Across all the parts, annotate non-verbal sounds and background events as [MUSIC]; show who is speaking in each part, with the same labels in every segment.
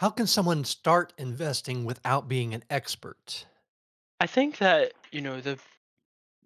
Speaker 1: How can someone start investing without being an expert?
Speaker 2: I think that, you know, the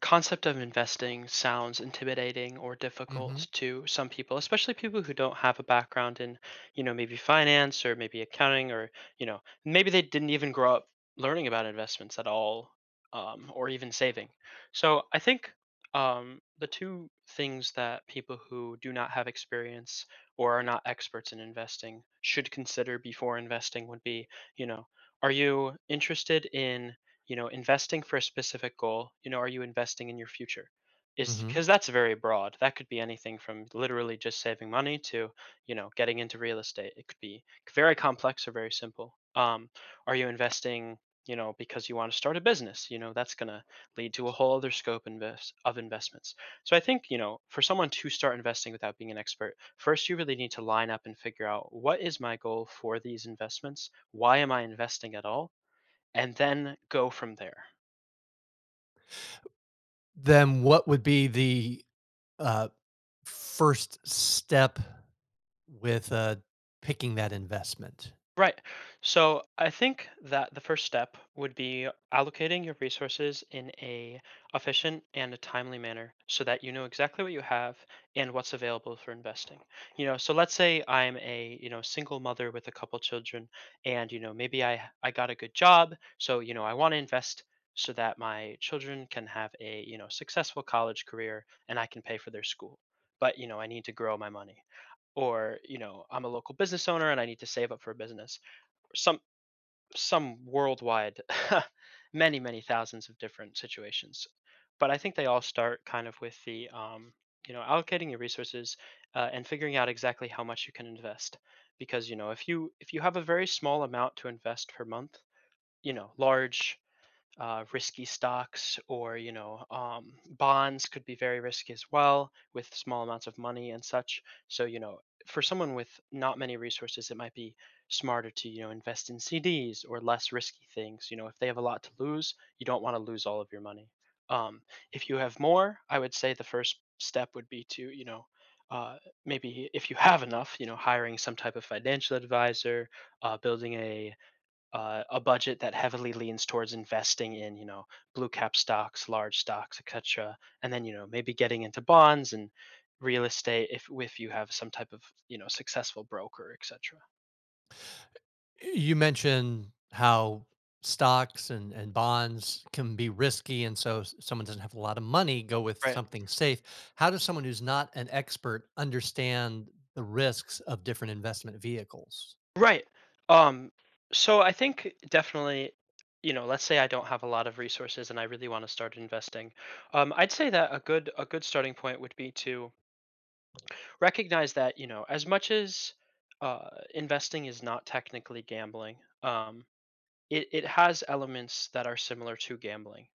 Speaker 2: concept of investing sounds intimidating or difficult
Speaker 1: Mhm,
Speaker 2: to some people, especially people who don't have a background in, you know, maybe finance or maybe accounting or, you know, maybe they didn't even grow up learning about investments at all, or even saving. So I think the two things that people who do not have experience or are not experts in investing should consider before investing would be, you know, are you interested in you know, investing for a specific goal, you know, are you investing in your future? Is
Speaker 1: mhm.
Speaker 2: because that's very broad. That could be anything from literally just saving money to, you know, getting into real estate. It could be very complex or very simple. Are you investing, you know, because you want to start a business? You know, that's going to lead to a whole other scope invest of investments. So I think, you know, for someone to start investing without being an expert, first you really need to line up and figure out, what is my goal for these investments? Why am I investing at all? And then go from there.
Speaker 1: Then what would be the, uh, first step with, picking that investment?
Speaker 2: Right. So I think that the first step would be allocating your resources in a efficient and a timely manner, so that you know exactly what you have and what's available for investing. You know, so let's say I'm a, you know, single mother with a couple children, and you know, maybe I got a good job, so you know, I want to invest so that my children can have a, you know, successful college career and I can pay for their school. But, you know, I need to grow my money. Or you know, I'm a local business owner and I need to save up for a business, or some worldwide [LAUGHS] many thousands of different situations. But I think they all start kind of with the you know, allocating your resources, and figuring out exactly how much you can invest. Because you know, if you have a very small amount to invest per month, you know, large risky stocks, or you know, bonds could be very risky as well with small amounts of money and such. So you know, for someone with not many resources, it might be smarter to, you know, invest in CDs or less risky things. You know, if they have a lot to lose, you don't want to lose all of your money. um, if you have more, I would say the first step would be to, you know, uh, maybe if you have enough, you know, hiring some type of financial advisor, building a budget that heavily leans towards investing in, you know, blue cap stocks, large stocks, et cetera, and then you know, maybe getting into bonds and real estate, if you have some type of, you know, successful broker, et cetera.
Speaker 1: You mentioned how stocks and bonds can be risky, and so s someone doesn't have a lot of money, go with
Speaker 2: Right.
Speaker 1: something safe. How does someone who's not an expert understand the risks of different investment vehicles?
Speaker 2: Right. um so I think definitely, you know, let's say I don't have a lot of resources and I really want to start investing. I'd say that a good starting point would be to recognize that, you know, as much as uh investing is not technically gambling, um it it has elements that are similar to gambling.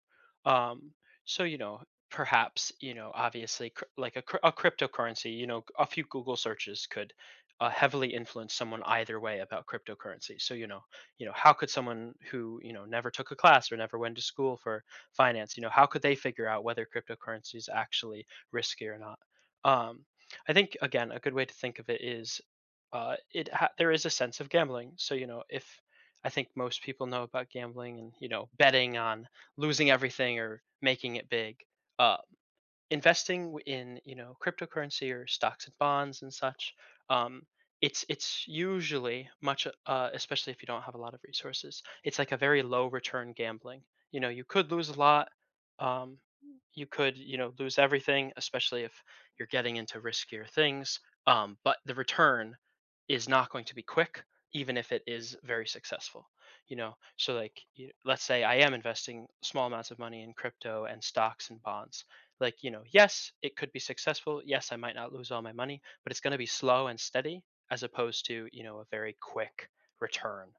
Speaker 2: Um, so, you know, perhaps, you know, obviously, cr- like a, cr- a cryptocurrency, you know, a few Google searches could heavily influence someone either way about cryptocurrency. So, you know, how could someone who, you know, never took a class or never went to school for finance, you know, how could they figure out whether cryptocurrency is actually risky or not? Um, I think again, a good way to think of it is there is a sense of gambling. So you know, if I think most people know about gambling and, you know, betting on losing everything or making it big. Uh, Investing in, you know, cryptocurrency or stocks and bonds and such, um, it's usually much especially if you don't have a lot of resources, it's like a very low return gambling. You know, you could lose a lot. um, you could, you know, lose everything, especially if you're getting into riskier things. But the return is not going to be quick, even if it is very successful. You know, so like you, let's say I am investing small amounts of money in crypto and stocks and bonds. Like, you know, yes it could be successful, yes I might not lose all my money, but it's going to be slow and steady, as opposed to, you know, a very quick return.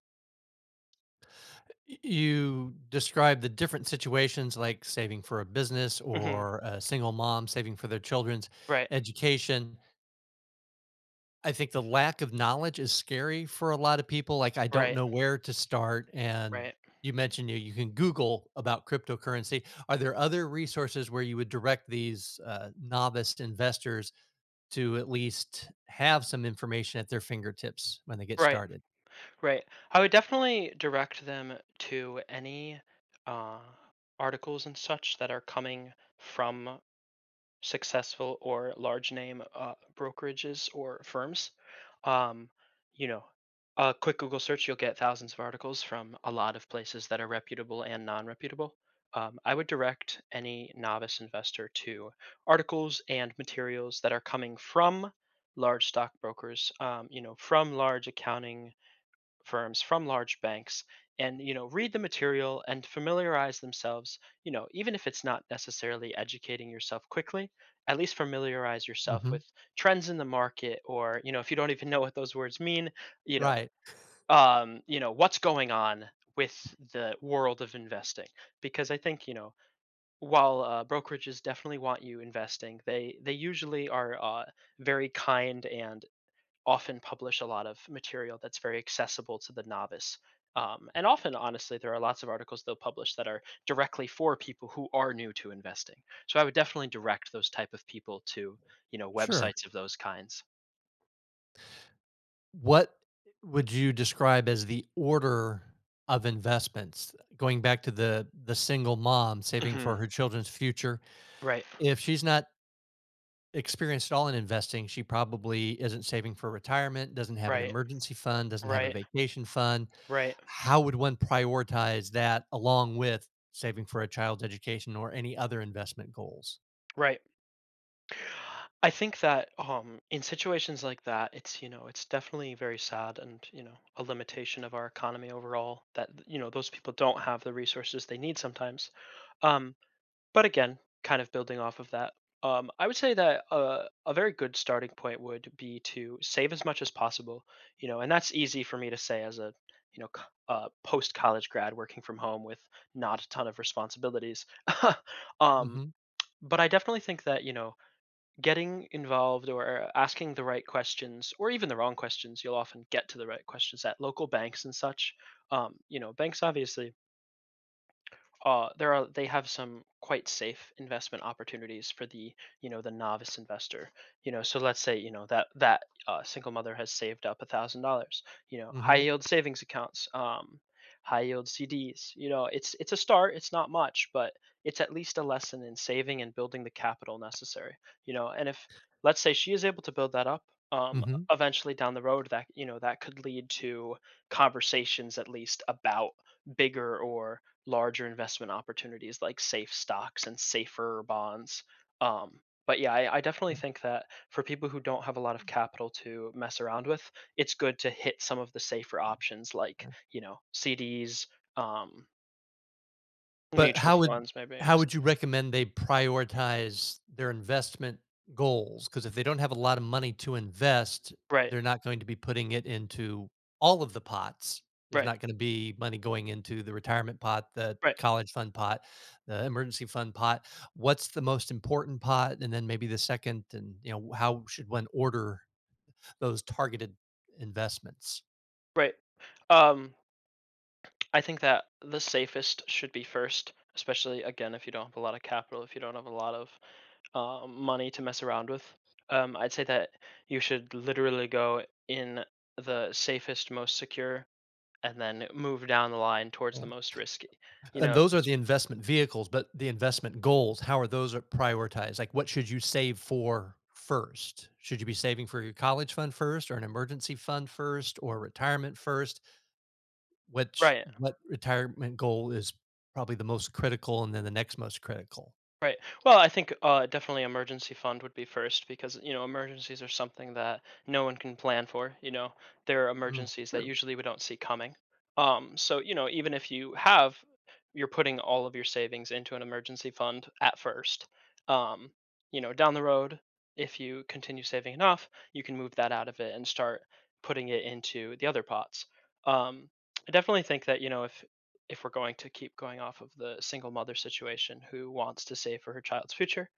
Speaker 1: You describe the different situations like saving for a business
Speaker 2: Hmm.
Speaker 1: or a single mom saving for their children's
Speaker 2: Right,
Speaker 1: education. I think the lack of knowledge is scary for a lot of people. Like, I don't
Speaker 2: right,
Speaker 1: know where to start. And
Speaker 2: right,
Speaker 1: you mentioned you can Google about cryptocurrency. Are there other resources where you would direct these novice investors to at least have some information at their fingertips when they get
Speaker 2: right,
Speaker 1: started?
Speaker 2: right. I would definitely direct them to any uh, articles and such that are coming from successful or large name brokerages or firms. um, you know, a quick Google search, you'll get thousands of articles from a lot of places that are reputable and non-reputable. I would direct any novice investor to articles and materials that are coming from large stock brokers, you know, from large accounting firms, from large banks. And you know, read the material and familiarize themselves. You know, even if it's not necessarily educating yourself quickly, at least familiarize yourself
Speaker 1: Hmm.
Speaker 2: with trends in the market, or you know, if you don't even know what those words mean, you know,
Speaker 1: Right.
Speaker 2: you know what's going on with the world of investing. Because I think, you know, while brokerages definitely want you investing, they usually are very kind and often publish a lot of material that's very accessible to the novice. And often, honestly, there are lots of articles they'll publish that are directly for people who are new to investing. So I would definitely direct those type of people to, you know,
Speaker 1: Sure.
Speaker 2: websites of those kinds.
Speaker 1: What would you describe as the order of investments? Going back to the single mom saving for
Speaker 2: Hmm.
Speaker 1: her children's future,
Speaker 2: Right,
Speaker 1: if she's not experienced at all in investing, she probably isn't saving for retirement, doesn't have an
Speaker 2: right,
Speaker 1: emergency fund, doesn't have a
Speaker 2: right,
Speaker 1: vacation fund.
Speaker 2: right,
Speaker 1: How would one prioritize that along with saving for a child's education or any other investment goals?
Speaker 2: right. I think that in situations like that, it's, you know, it's definitely very sad and, you know, a limitation of our economy overall that, you know, those people don't have the resources they need sometimes. Um, But again, kind of building off of that, I would say that a very good starting point would be to save as much as possible. You know, and that's easy for me to say as a, you know, post college grad working from home with not a ton of responsibilities. [LAUGHS] um,
Speaker 1: Mhm.
Speaker 2: but I definitely think that, you know, getting involved or asking the right questions, or even the wrong questions, you'll often get to the right questions at local banks and such. You know, banks obviously there are they have some quite safe investment opportunities for the, you know, the novice investor. You know, so let's say, you know, that single mother has saved up $1,000. You know, high
Speaker 1: Mhm.
Speaker 2: yield savings accounts, high yield CDs, you know, it's a start, it's not much, but it's at least a lesson in saving and building the capital necessary. You know, and if, let's say, she is able to build that up, um,
Speaker 1: Mhm.
Speaker 2: eventually down the road that, you know, that could lead to conversations at least about bigger or larger investment opportunities, like safe stocks and safer bonds. Um, but yeah, I definitely
Speaker 1: Yeah,
Speaker 2: think that for people who don't have a lot of capital to mess around with, it's good to hit some of the safer options, like,
Speaker 1: yeah.
Speaker 2: you know, CDs, um,
Speaker 1: But
Speaker 2: mutual funds, maybe
Speaker 1: how would you
Speaker 2: etc.
Speaker 1: recommend they prioritize their investment goals? Because if they don't have a lot of money to invest,
Speaker 2: Right,
Speaker 1: they're not going to be putting it into all of the pots. There's
Speaker 2: right,
Speaker 1: not gonna be money going into the retirement pot, the
Speaker 2: right,
Speaker 1: college fund pot, the emergency fund pot. What's the most important pot? And then maybe the second, and, you know, how should one order those targeted investments?
Speaker 2: right. Um, I think that the safest should be first, especially again if you don't have a lot of capital, if you don't have a lot of money to mess around with. I'd say that you should literally go in the safest, most secure, and then move down the line towards the most risky. You
Speaker 1: And
Speaker 2: know,
Speaker 1: those are
Speaker 2: s-
Speaker 1: the investment vehicles, but the investment goals, how are those are prioritized? Like, what should you save for first? Should you be saving for your college fund first, or an emergency fund first, or retirement first? Which
Speaker 2: right?
Speaker 1: what retirement goal is probably the most critical, and then the next most critical?
Speaker 2: Right. Well, I think definitely emergency fund would be first, because you know, emergencies are something that no one can plan for. You know, there are
Speaker 1: Mm,
Speaker 2: emergencies that
Speaker 1: true.
Speaker 2: usually we don't see coming. So you know, even if you have, you're putting all of your savings into an emergency fund at first. Um, you know, down the road, if you continue saving enough, you can move that out of it and start putting it into the other pots. Um, I definitely think that, you know, if we're going to keep going off of the single mother situation who wants to save for her child's future,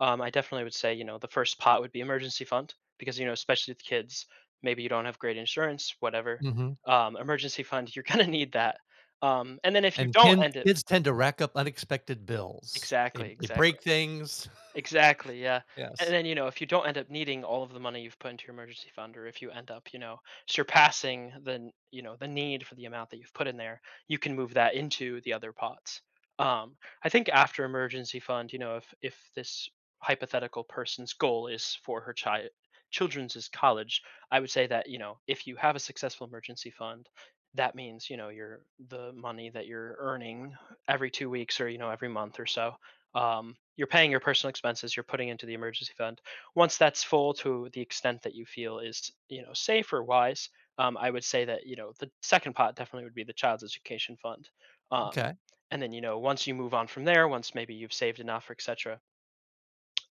Speaker 2: I definitely would say, you know, the first pot would be emergency fund because, you know, especially with kids, maybe you don't have great insurance, whatever.
Speaker 1: Mhm.
Speaker 2: Emergency fund, [LAUGHS] you're going to need that. And then if you
Speaker 1: And
Speaker 2: don't
Speaker 1: kin
Speaker 2: end it,
Speaker 1: kids tend to rack up unexpected bills. They
Speaker 2: exactly,
Speaker 1: they
Speaker 2: exactly.
Speaker 1: break things. [LAUGHS]
Speaker 2: Exactly, yeah, and
Speaker 1: Yes.
Speaker 2: then, you know, if you don't end up needing all of the money you've put into your emergency fund, or if you end up, you know, surpassing the n you know, the need for the amount that you've put in there, you can move that into the other pots. Um, I think after emergency fund, you know, if this hypothetical person's goal is for her children's is college, I would say that, you know, if you have a successful emergency fund, that means, you know, your the money that you're earning every 2 weeks or, you know, every month or so, you're paying your personal expenses. You're putting into the emergency fund once that's full to the extent that you feel is, you know, safe or wise. I would say that, you know, the second pot definitely would be the child's education fund. um,
Speaker 1: Okay.
Speaker 2: and then, you know, once you move on from there, once maybe you've saved enough or etc.,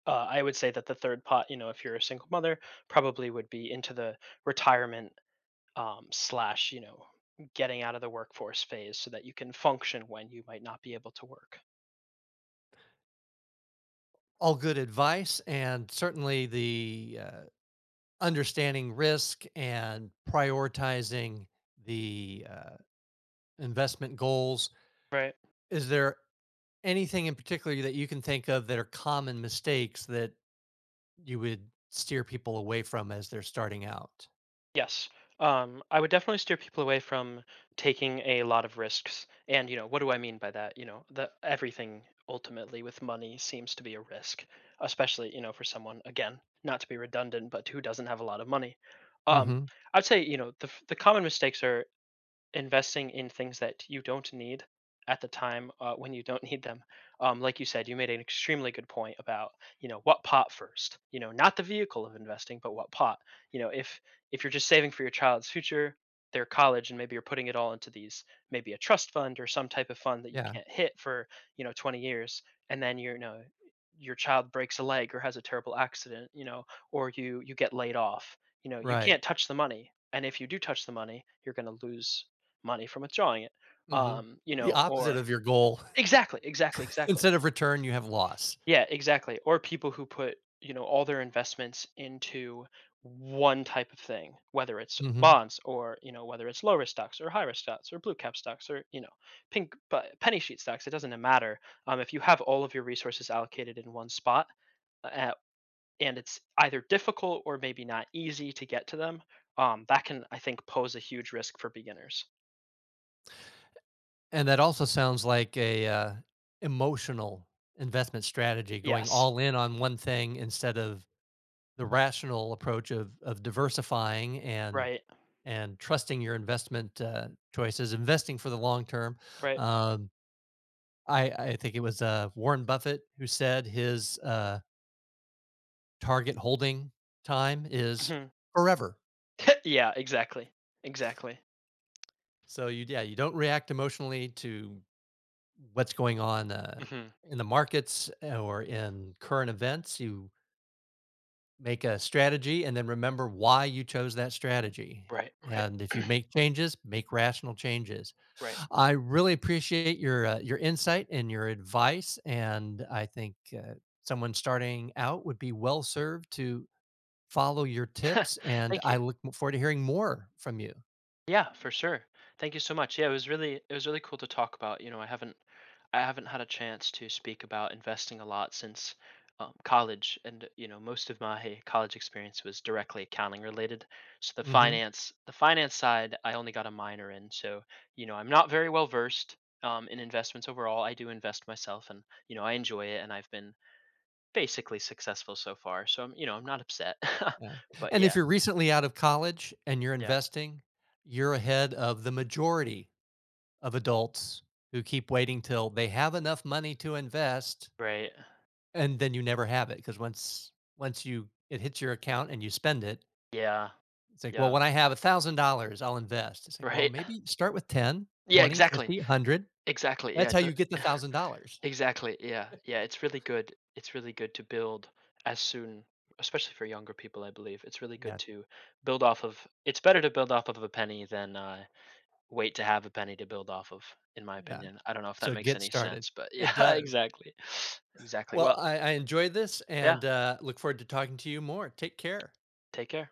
Speaker 2: I would say that the third pot, you know, if you're a single mother, probably would be into the retirement, slash, getting out of the workforce phase, so that you can function when you might not be able to work.
Speaker 1: All good advice, and certainly the, understanding risk and prioritizing the investment goals.
Speaker 2: Right.
Speaker 1: Is there anything in particular that you can think of that are common mistakes that you would steer people away from as they're starting out?
Speaker 2: Yes. I would definitely steer people away from taking a lot of risks. And, you know, what do I mean by that? You know, the everything ultimately with money seems to be a risk, especially, you know, for someone, again, not to be redundant, but who doesn't have a lot of money. Um,
Speaker 1: Mhm.
Speaker 2: I'd say, you know, the common mistakes are investing in things that you don't need at the time, when you don't [LAUGHS] need them. Like you said, you made an extremely good point about, you know, what pot first. You know, not the vehicle of investing, but what pot. You know, if you're just saving for your child's future, their college, and maybe you're putting it all into these maybe a trust fund or some type of fund that you
Speaker 1: Yeah.
Speaker 2: can't hit for 20 years, and then your child breaks a leg or has a terrible accident, you know, or you get laid off. You know, you
Speaker 1: Right.
Speaker 2: can't touch the money, and if you do touch the money, you're going to lose money from withdrawing it.
Speaker 1: Mhm.
Speaker 2: You
Speaker 1: The
Speaker 2: know,
Speaker 1: opposite
Speaker 2: or,
Speaker 1: of your goal.
Speaker 2: exactly, exactly,
Speaker 1: [LAUGHS]
Speaker 2: exactly.
Speaker 1: Instead of return, you have loss.
Speaker 2: Yeah, exactly. Or people who put, you know, all their investments into one type of thing, whether it's
Speaker 1: Mhm.
Speaker 2: bonds or, you know, whether it's low risk stocks or high risk stocks or blue cap stocks or, you know, pink but penny sheet stocks, it doesn't matter. If you have all of your resources allocated in one spot, uh, and it's either difficult or maybe not easy to get to them, that can, I think, pose a huge risk for beginners.
Speaker 1: And that also sounds like a, emotional investment strategy, going
Speaker 2: Yes.
Speaker 1: all in on one thing instead of the rational approach of diversifying and
Speaker 2: Right.
Speaker 1: trusting your investment, choices, investing for the long term.
Speaker 2: Right.
Speaker 1: Um, I think it was, Warren Buffett who said his, target holding time is
Speaker 2: Mhm.
Speaker 1: forever.
Speaker 2: Yeah, exactly. Exactly.
Speaker 1: So you don't react emotionally to what's going on,
Speaker 2: Mhm.
Speaker 1: in the markets or in current events. You Make a strategy and then remember why you chose that strategy.
Speaker 2: Right, right,
Speaker 1: And if you
Speaker 2: [CLEARS THROAT]
Speaker 1: make changes, make rational changes.
Speaker 2: right.
Speaker 1: I really appreciate your insight and your advice, and I think someone starting out would be well served to follow your
Speaker 2: [LAUGHS]
Speaker 1: tips. And
Speaker 2: Thank
Speaker 1: I
Speaker 2: you.
Speaker 1: look forward to hearing more from you.
Speaker 2: Yeah, for sure. Thank you so much. Yeah, it was really cool to talk about. You know, I haven't had a chance to speak about investing a lot since, college, and you know, most of my college experience was directly accounting related. So the
Speaker 1: Hmm.
Speaker 2: finance the finance side, I only got a minor in. So you know, I'm not very well versed, in investments overall. I do invest myself, and you know, I enjoy it, and I've been basically successful so far, so I'm not upset. [LAUGHS]
Speaker 1: Yeah.
Speaker 2: But
Speaker 1: And
Speaker 2: yeah,
Speaker 1: if you're recently out of college and you're
Speaker 2: yeah,
Speaker 1: investing, you're ahead of the majority of adults who keep waiting till they have enough money to invest.
Speaker 2: right.
Speaker 1: And then you never have it because once once you it hits your account and you spend it,
Speaker 2: Yeah,
Speaker 1: it's like, well,
Speaker 2: yeah,
Speaker 1: when I have $1,000, I'll invest. It's like, well,
Speaker 2: right. [LAUGHS]
Speaker 1: maybe start with 10,
Speaker 2: Yeah,
Speaker 1: 20,
Speaker 2: exactly,
Speaker 1: 50, 100.
Speaker 2: exactly, yeah,
Speaker 1: That's how
Speaker 2: the
Speaker 1: you get the
Speaker 2: [LAUGHS]
Speaker 1: $1,000.
Speaker 2: exactly, yeah, yeah, it's really good to build as soon especially for younger people, I believe, it's really good
Speaker 1: Yeah.
Speaker 2: to build off of it's better to build off of a penny than, wait to have a penny to build off of, in my
Speaker 1: Yeah.
Speaker 2: opinion. I don't know if that
Speaker 1: So
Speaker 2: makes
Speaker 1: get
Speaker 2: any
Speaker 1: started.
Speaker 2: sense, but yeah,
Speaker 1: It
Speaker 2: [LAUGHS]
Speaker 1: does.
Speaker 2: exactly, exactly.
Speaker 1: Well,
Speaker 2: Well,
Speaker 1: I enjoy this
Speaker 2: yeah,
Speaker 1: and look forward to talking to you more. Take care.
Speaker 2: take care.